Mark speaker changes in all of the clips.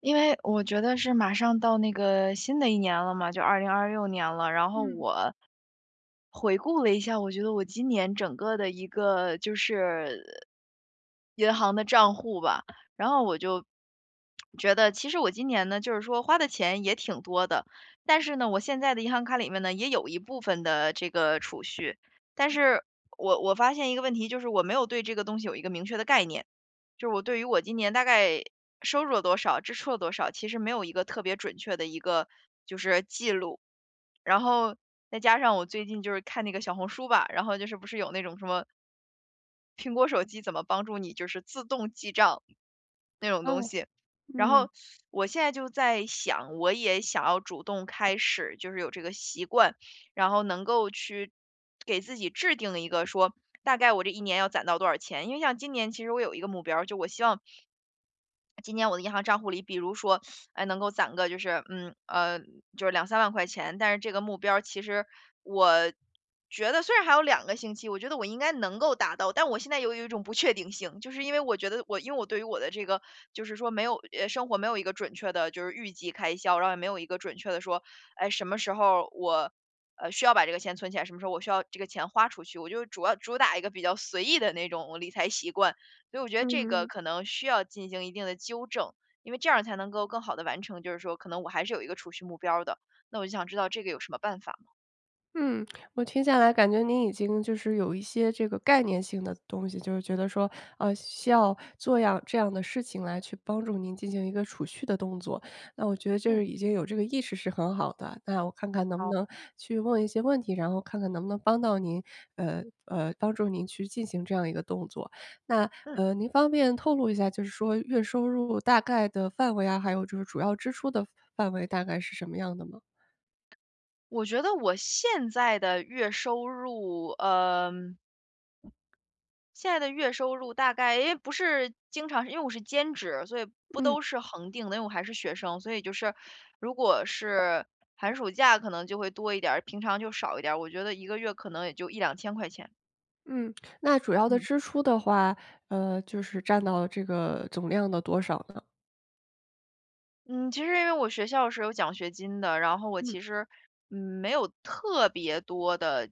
Speaker 1: 因为我觉得是马上到那个新的一年了嘛，就2026年了。然后
Speaker 2: 嗯。
Speaker 1: 我回顾了一下，我觉得我今年整个的一个就是银行的账户吧，然后我就觉得其实我今年呢，就是说花的钱也挺多的，但是呢，我现在的银行卡里面呢，也有一部分的这个储蓄，但是我发现一个问题，就是我没有对这个东西有一个明确的概念。就是我对于我今年大概收入了多少，支出了多少，其实没有一个特别准确的一个就是记录。然后再加上我最近就是看那个小红书吧，然后就是不是有那种什么苹果手机怎么帮助你就是自动记账那种东
Speaker 2: 哦。
Speaker 1: 西。然
Speaker 2: 嗯。
Speaker 1: 后我现在就在想，我也想要主动开始，就是有这个习惯。然后能够去给自己制定一个说，大概我这一年要攒到多少钱。因为像今年其实我有一个目标儿，就我希望今年我的银行账户里，比如说，哎，能够攒个就是，就是两三万块钱，但是这个目标儿其实我觉得虽然还有2个星期，我觉得我应该能够达到，但我现在有一种不确定性，就是因为我觉得我因为我对于我的这个就是说没有生活没有一个准确的就是预计开销，然后也没有一个准确的说，哎，什么时候我，需要把这个钱存起来，什么时候我需要这个钱花出去，我就主要主打一个比较随意的那种理财习惯。所以我觉得这个
Speaker 2: 嗯。
Speaker 1: 可能需要进行一定的纠正，因为这样才能够更好的完成，就是说可能我还是有一个储蓄目标儿的，那我就想知道这个有什么办法吗？
Speaker 2: 嗯，我听下来感觉您已经就是有一些这个概念性的东西，就是觉得说，需要做样这样的事情来去帮助您进行一个储蓄的动作。那我觉得这
Speaker 1: 嗯。
Speaker 2: 是已经有这个意识是很好的，那我看看能不
Speaker 1: 好。
Speaker 2: 能去问一些问题，然后看看能不能帮到您，帮助您去进行这样一个动作。那，
Speaker 1: 嗯，
Speaker 2: 您方便透露一下，就是说月收入大概的范围啊，还有就是主要支出的范围大概是什么样的吗？
Speaker 1: 我觉得我现在的月收入，现在的月收入大概因为不是经常因为我是兼职，所以不
Speaker 2: 嗯
Speaker 1: 都是恒定的，因为我还是学生，所以就是如果是寒暑假可能就会多一点儿，平常就少一点儿，我觉得一个月可能也就一两千块钱，
Speaker 2: 嗯。那主要的
Speaker 1: 嗯。
Speaker 2: 支出的话，就是占到这个总量的多少呢？
Speaker 1: 嗯，其实因为我学校是有奖学金的，然后我
Speaker 2: 嗯
Speaker 1: 其实，没有特别多的，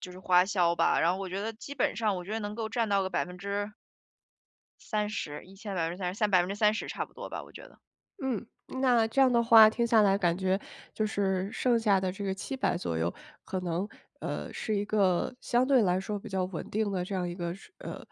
Speaker 1: 就是花销吧。然后我觉得基本上，我觉得能够占到个百分之三十，一千百分之三十，三百分之三十差不多吧，我觉得。
Speaker 2: 嗯。那这样的话听下来感觉就是剩下的这个七百左右，可能，是一个相对来说比较稳定的这样一个，呃，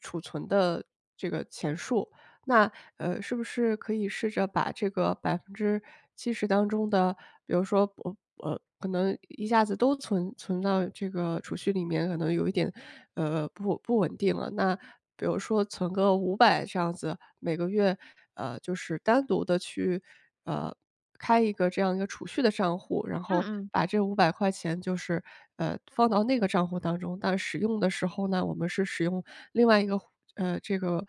Speaker 2: 储存的这个钱数。那，是不是可以试着把这个百分之七十当中的，比如说，我可能一下子都存到这个储蓄里面，可能有一点，不稳定了。那比如说存个五百这样子，每个月，就是单独的去，呃，开一个这样一个储蓄的账户，然
Speaker 1: 嗯
Speaker 2: 后
Speaker 1: 嗯
Speaker 2: 把这五百块钱就是，放到那个账户当中，但使用的时候呢，我们是使用另外一个这个，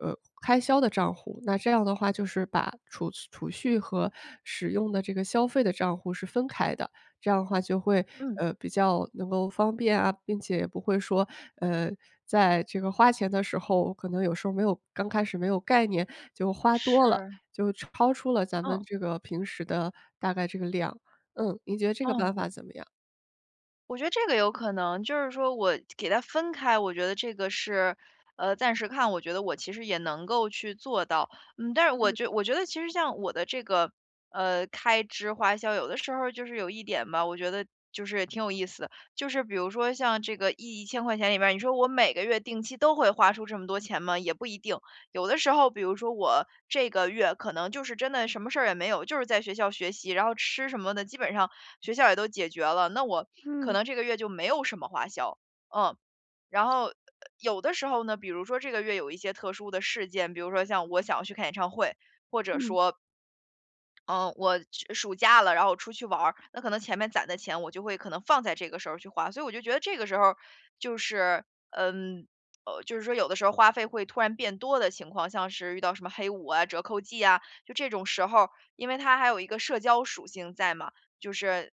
Speaker 2: 呃，开销的账户。那这样的话就是把储蓄和使用的这个消费的账户是分开的，这样的话就会，
Speaker 1: 嗯，
Speaker 2: 比较能够方便啊，并且也不会说，呃，在这个花钱的时候，可能有时候没有刚开始没有概念，就花多了，
Speaker 1: 是，
Speaker 2: 就超出了咱们
Speaker 1: 嗯，
Speaker 2: 这个平时的大概这个量。嗯，您觉得这个
Speaker 1: 哦，
Speaker 2: 办法怎么样？
Speaker 1: 我觉得这个有可能，就是说我给它分开，我觉得这个是，暂时看，我觉得我其实也能够去做到，但是我觉得其实像我的这个，开支花销，有的时候就是有一点吧，我觉得就是挺有意思的，就是比如说像这个一千块钱里面儿，你说我每个月定期都会花出这么多钱吗？也不一定，有的时候，比如说我这个月可能就是真的什么事儿也没有，就是在学校学习，然后吃什么的基本上。学校也都解决了，那我可
Speaker 2: 嗯
Speaker 1: 能这个月就没有什么花销，嗯。然后有的时候呢，比如说这个月有一些特殊的事件，比如说像我想要去看演唱会，或者
Speaker 2: 嗯
Speaker 1: 说嗯，我去暑假了，然后我出去玩儿，那可能前面攒的钱，我就会可能放在这个时候去花，所以我就觉得这个时候就是，嗯，就是说有的时候花费会突然变多的情况，像是遇到什么黑五啊、折扣季啊，就这种时候因为它还有一个社交属性在嘛，就是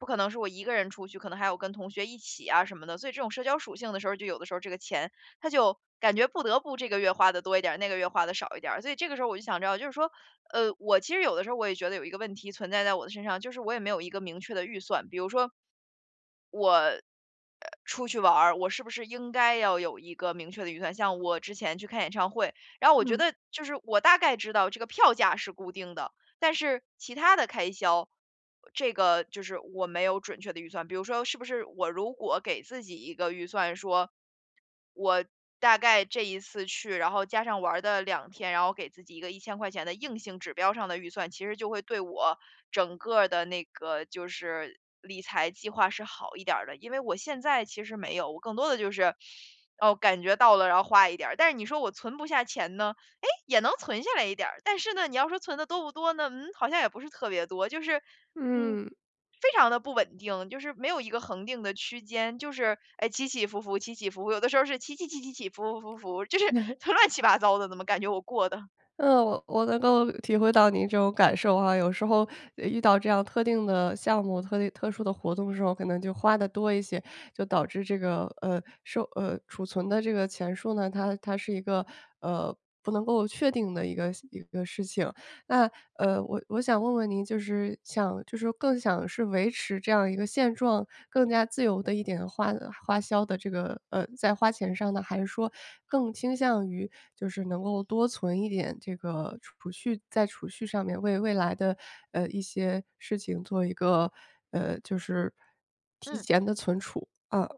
Speaker 1: 不可能是我一个人出去，可能还有跟同学一起啊什么的，所以这种社交属性的时候，就有的时候这个钱它就感觉不得不这个月花的多一点儿，那个月花的少一点儿，所以这个时候我就想知道，就是说我其实有的时候我也觉得有一个问题存在在我的身上，就是我也没有一个明确的预算。比如说出去玩儿，我是不是应该要有一个明确的预算？像我之前去看演唱会，然后我觉
Speaker 2: 嗯
Speaker 1: 得就是我大概知道这个票价是固定的，但是其他的开销，这个就是我没有准确的预算。比如说，是不是我如果给自己一个预算说，我大概这一次去，然后加上玩儿的2天，然后给自己一个一千块钱的硬性指标上的预算，其实就会对我整个儿的那个就是理财计划是好一点儿的。因为我现在其实没有，我更多的就是，哦，感觉到了，然后花一点儿。但是你说我存不下钱呢？诶，也能存下来一点儿，但是呢，你要说存的多不多呢？嗯，好像也不是特别多，就是，嗯，
Speaker 2: 嗯。
Speaker 1: 非常的不稳定，就是没有一个恒定的区间，就是，哎，起起伏伏，起起伏伏，有的时候是起起起起起，伏伏伏伏，就是 乱七八糟的，怎么感觉我过的？
Speaker 2: 嗯，我能够体会到您这种感受哈。有时候遇到这样特定的项目、特定特殊的活动的时候，可能就花的多一些，就导致这个呃收呃储存的这个钱数呢，它是一个呃不能够确定的一个事情。那，我想问问您，就是想就是更想是维持这样一个现状，更加自由的一点花销的这个在花钱上呢，还是说更倾向于就是能够多存一点这个储蓄在储蓄上面为未来的，一些事情做一个，就是提
Speaker 1: 嗯。
Speaker 2: 前的存储，啊。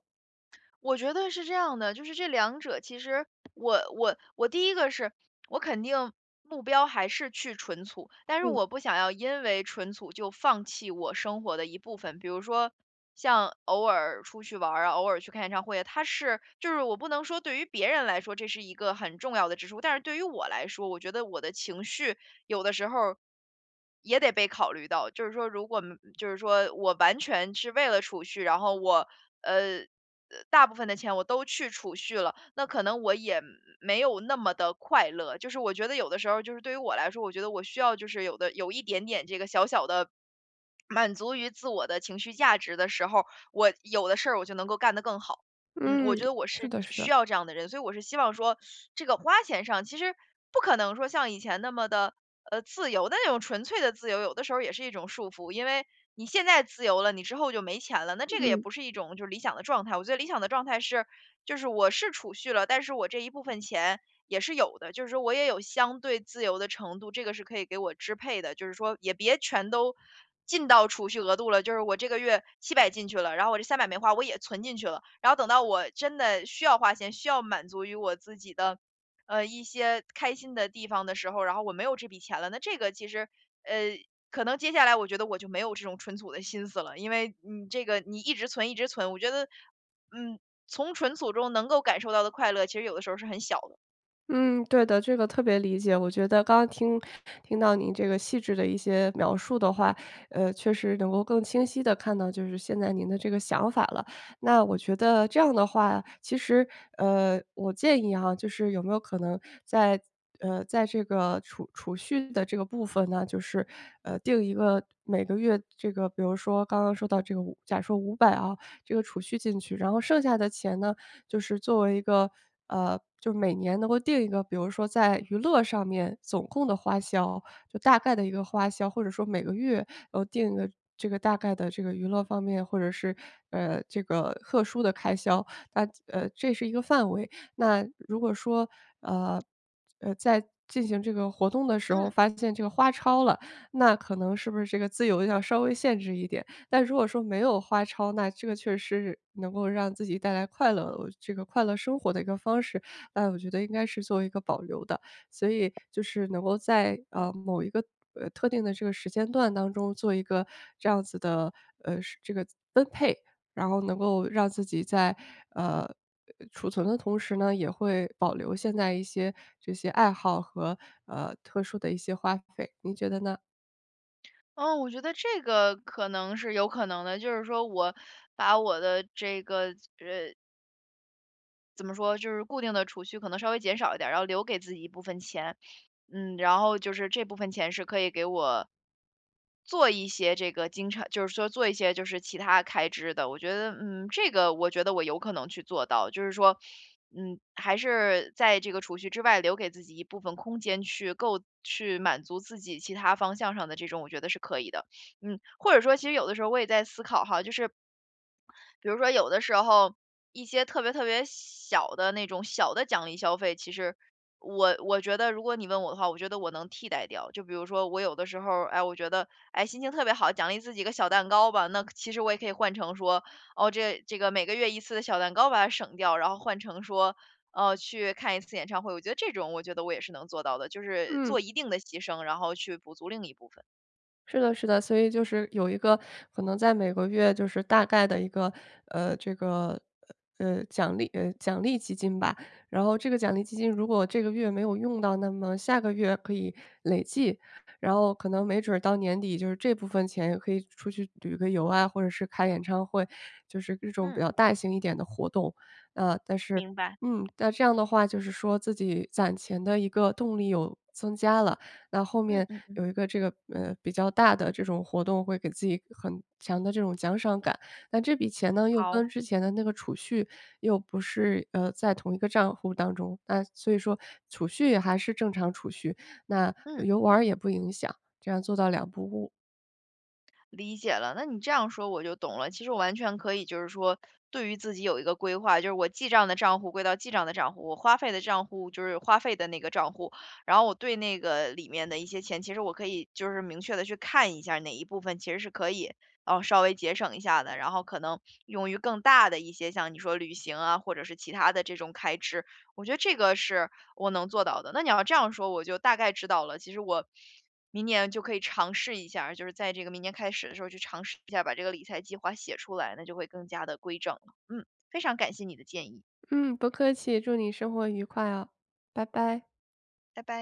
Speaker 1: 我觉得是这样的，就是这两者其实我第一个是我肯定目标还是去纯粹，但是我不想要因为纯粹就放弃我生活的一部分，比如说像偶尔出去玩儿啊，偶尔去看演唱会啊，它是就是我不能说对于别人来说这是一个很重要的支出，但是对于我来说，我觉得我的情绪有的时候也得被考虑到。就是说，如果没就是说我完全是为了储蓄，然后我呃呃大部分的钱我都去储蓄了，那可能我也没有那么的快乐。就是我觉得有的时候，就是对于我来说，我觉得我需要就是有的有一点点这个小小的。满足于自我的情绪价值的时候，我有的事儿我就能够干得更好。嗯，
Speaker 2: 嗯，
Speaker 1: 我觉得我
Speaker 2: 是
Speaker 1: 是
Speaker 2: 的是
Speaker 1: 需
Speaker 2: 的。
Speaker 1: 要这样的人，所以我是希望说，这个花钱上其实不可能说像以前那么的自由的那种纯粹的自由，有的时候也是一种束缚，因为你现在自由了，你之后就没钱了，那这个也
Speaker 2: 嗯。
Speaker 1: 不是一种就是理想的状态。我觉得理想的状态是，就是我是储蓄了，但是我这一部分钱也是有的，就是说我也有相对自由的程度，这个是可以给我支配的，就是说也别全都进到储蓄额度了，就是我这个月700进去了，然后我这三百没花，我也存进去了，然后等到我真的需要花钱，需要满足于我自己的。一些开心的地方的时候，然后我没有这笔钱了，那这个其实，呃，可能接下来我觉得我就没有这种存储的心思了，因为你这个你一直存一直存，我觉得，嗯，从存储中能够感受到的快乐，其实有的时候是很小的。
Speaker 2: 嗯，对的，这个特别理解。我觉得刚刚听听到您这个细致的一些描述的话，确实能够更清晰的看到就是现在您的这个想法了。那我觉得这样的话，其实，我建议哈，就是有没有可能在在这个储蓄的这个部分呢，就是定一个每个月这个，比如说刚刚说到这个五，假说五百啊，这个储蓄进去，然后剩下的钱呢，就是作为一个就是每年能够定一个，比如说在娱乐上面总共的花销，就大概的一个花销，或者说每个月，然后定一个这个大概的这个娱乐方面，或者是，这个特殊的开销，那这是一个范围。那如果说，呃，在进行这个活动的时候
Speaker 1: 嗯
Speaker 2: 发现这个花超了，那可能是不是这个自由要稍微限制一点。但如果说没有花超，那这个确实是能够让自己带来快乐这个快乐生活的一个方式，那我觉得应该是作为一个保留的。所以就是能够在，某一个，特定的这个时间段当中做一个这样子的，呃，然后能够让自己在，呃，储存的同时呢，也会保留现在一些这些爱好和，特殊的一些花费，您觉得呢？
Speaker 1: 哦，我觉得这个可能是有可能的，就是说我把我的这个呃怎么说，就是固定的储蓄可能稍微减少一点儿，然后留给自己一部分钱。嗯，然后就是这部分钱是可以给我做一些这个经常，就是说做一些就是其他开支的。我觉得，嗯，这个我觉得我有可能去做到，就是说，嗯，还是在这个储蓄之外留给自己一部分空间去够去满足自己其他方向上的这种，我觉得是可以的。嗯，或者说，其实有的时候我也在思考哈，就是比如说有的时候一些特别特别小的那种小的奖励消费，其实我觉得如果你问我的话，我觉得我能替代掉。就比如说我有的时候，哎，我觉得哎心情特别好，奖励自己个小蛋糕吧，那其实我也可以换成说，哦这个每个月一次的小蛋糕把它省掉，然后换成说。去看一次演唱会，我觉得这种，我觉得我也是能做到的，就是
Speaker 2: 嗯。
Speaker 1: 做一定的牺牲，然后去补足另一部分。
Speaker 2: 是的，是的，所以就是有一个可能在每个月就是大概的一个，这个奖励基金吧。然后这个奖励基金如果这个月没有用到，那么下个月可以累计，然后可能没准儿到年底就是这部分钱也可以出去旅个游啊，或者是开演唱会，就是这种
Speaker 1: 嗯嗯
Speaker 2: 比较大型一点的活动。呃，但是
Speaker 1: 明白。
Speaker 2: 嗯，那这样的话就是说自己攒钱的一个动力有增加了。那后
Speaker 1: 嗯
Speaker 2: 面
Speaker 1: 嗯，嗯
Speaker 2: 有一个这个，比较大的这种活动，会给自己很强的这种奖赏感。那这笔钱呢，又
Speaker 1: 好。
Speaker 2: 跟之前的那个储蓄又不是，在同一个账户当中，那所以说储蓄也还是正常储蓄，那
Speaker 1: 嗯。
Speaker 2: 游玩儿也不影响，这样做到两不误。
Speaker 1: 理解了，那你这样说我就懂了。其实我完全可以，就是说对于自己有一个规划，就是我记账的账户归到记账的账户，我花费的账户就是花费的那个账户。然后我对那个里面的一些钱，其实我可以就是明确的去看一下哪一部分其实是可以，哦，稍微节省一下的，然后可能用于更大的一些，像你说旅行啊，或者是其他的这种开支。我觉得这个是我能做到的。那你要这样说，我就大概知道了。其实我明年就可以尝试一下儿就是在这个明年开始的时候去尝试一下，把这个理财计划写出来，那就会更加的规整了。嗯，非常感谢你的建议，
Speaker 2: 嗯，不客气，祝你生活愉快哦，拜拜。
Speaker 1: 拜拜。